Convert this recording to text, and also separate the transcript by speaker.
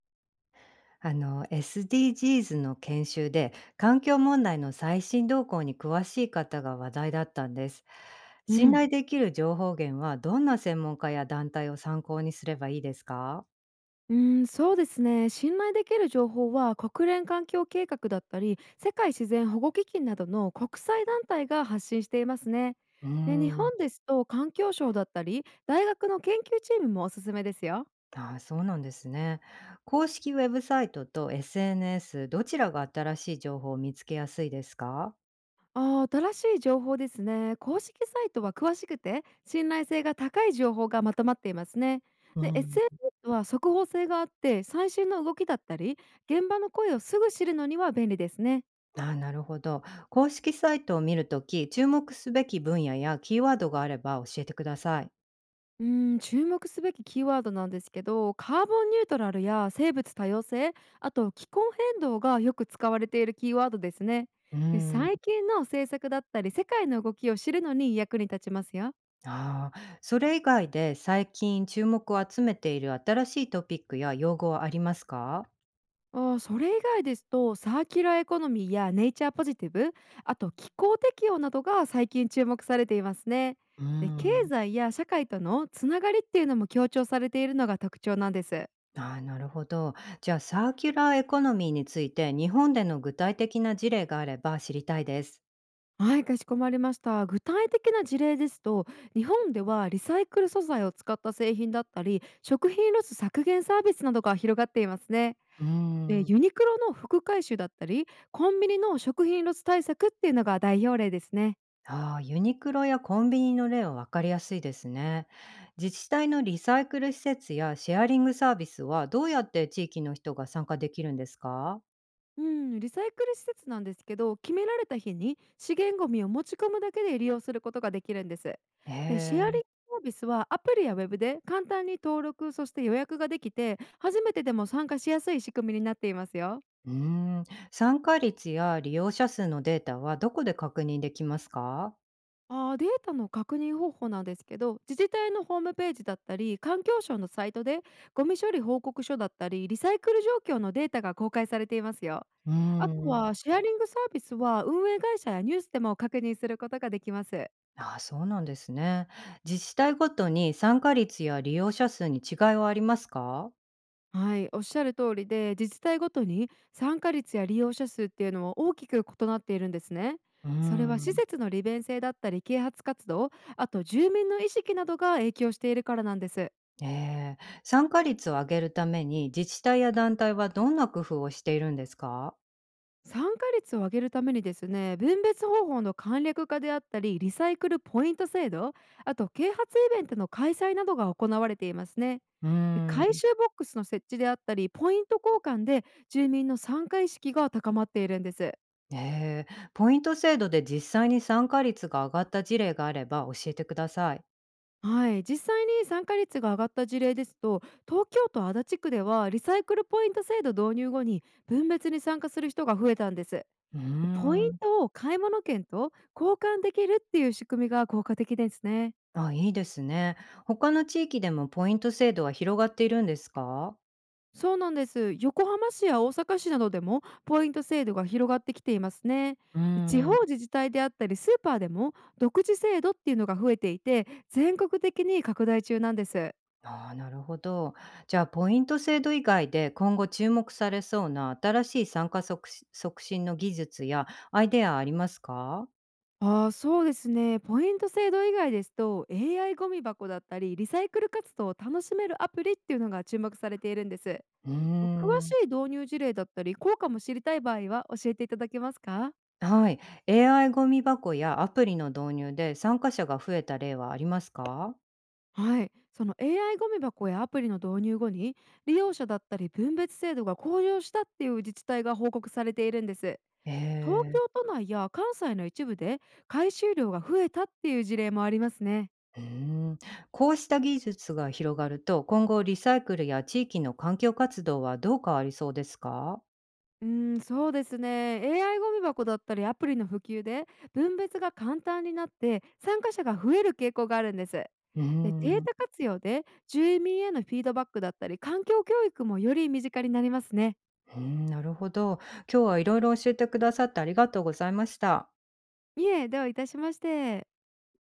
Speaker 1: あの SDGs の研修で環境問題の最新動向に詳しい方が話題だったんです。
Speaker 2: う
Speaker 1: 信
Speaker 2: ん、
Speaker 1: 頼できる情報源はどんな専門家や団体を参考にすればいいですか？
Speaker 2: うそうですね。信頼できる情報は国連環境計画だったり、世界自然保護基金などの国際団体が発信していますね。
Speaker 1: うー
Speaker 2: で日
Speaker 1: ん。
Speaker 2: 本ですと環境省だったり、大学の研究チームもおすすめですよ。
Speaker 1: あ、そうなんですね。公式ウェブサイトと SNS どちらが新しい情報を見つけやすいですか？
Speaker 2: あー新しい情報ですね。公式サイトは詳しくて、信頼性が高い情報がまとまっていますね。
Speaker 1: う
Speaker 2: で、
Speaker 1: ん、
Speaker 2: SNS は速報性があって、最新の動きだったり、現場の声をすぐ知るのには便利ですね。
Speaker 1: あなるほど。公式サイトを見るとき注目すべき分野やキーワードがあれば教えてください。
Speaker 2: うん、注目すべきキーワードなんですけど、カーボンニュートラルや生物多様性、あと気候変動がよく使われているキーワードですね。
Speaker 1: う
Speaker 2: で
Speaker 1: ん。
Speaker 2: 最近の政策だったり世界の動きを知るのに役に立ちますよ。
Speaker 1: ああ、それ以外で最近注目を集めている新しいトピックや用語はありますか？
Speaker 2: あーそれ以外ですとサーキュラーエコノミーやネイチャーポジティブ、あと気候適応などが最近注目されていますね。
Speaker 1: うー
Speaker 2: で経
Speaker 1: ん。
Speaker 2: 済や社会とのつながりっていうのも強調されているのが特徴なんです。
Speaker 1: ああ、なるほど。じゃあ、サーキュラーエコノミーについて、日本での具体的な事例があれば知りたいです。
Speaker 2: はい、かしこまりました。具体的な事例ですと、日本ではリサイクル素材を使った製品だったり、食品ロス削減サービスなどが広がっていますね。
Speaker 1: うー
Speaker 2: で
Speaker 1: ん。
Speaker 2: ユニクロの服回収だったり、コンビニの食品ロス対策っていうのが代表例ですね。
Speaker 1: ああ、ユニクロやコンビニの例は分かりやすいですね。自治体のリサイクル施設やシェアリングサービスは、どうやって地域の人が参加できるんですか？
Speaker 2: うん、リサイクル施設なんですけど、決められた日に資源ゴミを持ち込むだけで利用することができるんです。
Speaker 1: へ
Speaker 2: で、シェア
Speaker 1: え。
Speaker 2: リングサービスはアプリやウェブで簡単に登録、そして予約ができて、初めてでも参加しやすい仕組みになっていますよ。
Speaker 1: うーん。参加率や利用者数のデータはどこで確認できますか？
Speaker 2: ああ、データの確認方法なんですけど、自治体のホームページだったり、環境省のサイトで、ゴミ処理報告書だったり、リサイクル状況のデータが公開されていますよ。
Speaker 1: うー
Speaker 2: あと
Speaker 1: ん。
Speaker 2: は、シェアリングサービスは運営会社やニュースでも確認することができます。
Speaker 1: ああ、そうなんですね。自治体ごとに参加率や利用者数に違いはありますか？
Speaker 2: はい、おっしゃる通りで、自治体ごとに参加率や利用者数っていうのは大きく異なっているんですね。
Speaker 1: うー
Speaker 2: それは施
Speaker 1: ん。
Speaker 2: 設の利便性だったり、啓発活動、あと住民の意識などが影響しているからなんです。
Speaker 1: ええ、参加率を上げるために自治体や団体はどんな工夫をしているんですか？
Speaker 2: 参加率を上げるためにですね、分別方法の簡略化であったりリサイクルポイント制度、あと啓発イベントの開催などが行われていますね。
Speaker 1: うー
Speaker 2: 回
Speaker 1: ん。
Speaker 2: 収ボックスの設置であったりポイント交換で住民の参加意識が高まっているんです。
Speaker 1: ええ、ポイント制度で実際に参加率が上がった事例があれば教えてください。
Speaker 2: はい、実際に参加率が上がった事例ですと、東京都足立区ではリサイクルポイント制度導入後に分別に参加する人が増えたんです。
Speaker 1: うー
Speaker 2: ポイン
Speaker 1: ん。
Speaker 2: トを買い物券と交換できるっていう仕組みが効果的ですね。
Speaker 1: あ、いいですね。他の地域でもポイント制度は広がっているんですか？
Speaker 2: そうなんです。横浜市や大阪市などでもポイント制度が広がってきていますね。
Speaker 1: うー
Speaker 2: 地方
Speaker 1: ん。
Speaker 2: 自治体であったりスーパーでも独自制度っていうのが増えていて全国的に拡大中なんです。
Speaker 1: ああ、なるほど。じゃあ、ポイント制度以外で今後注目されそうな新しい参加促進の技術やアイデアありますか？
Speaker 2: ああ、そうですね。ポイント制度以外ですと AI ゴミ箱だったりリサイクル活動を楽しめるアプリっていうのが注目されているんです。
Speaker 1: うー
Speaker 2: 詳し
Speaker 1: ん、
Speaker 2: い導入事例だったり効果も知りたい場合は教えていただけますか？
Speaker 1: はい。AI ゴミ箱やアプリの導入で参加者が増えた例はありますか？
Speaker 2: はい、その AI ゴミ箱やアプリの導入後に利用者だったり分別制度が向上したっていう自治体が報告されているんです。
Speaker 1: え
Speaker 2: 東
Speaker 1: え。
Speaker 2: 京都内や関西の一部で回収量が増えたっていう事例もありますね。
Speaker 1: うーん。こうした技術が広がると、今後リサイクルや地域の環境活動はどう変わりそうですか？
Speaker 2: うん、そうですね。 AI ゴミ箱だったりアプリの普及で分別が簡単になって参加者が増える傾向があるんです。
Speaker 1: うー
Speaker 2: でデー
Speaker 1: ん、う
Speaker 2: タ活用で住民へのフィードバックだったり環境教育もより身近になりますね。
Speaker 1: ーん、なるほど。今日はいろいろ教えてくださってありがとうございました。
Speaker 2: いえ、どういたしまして。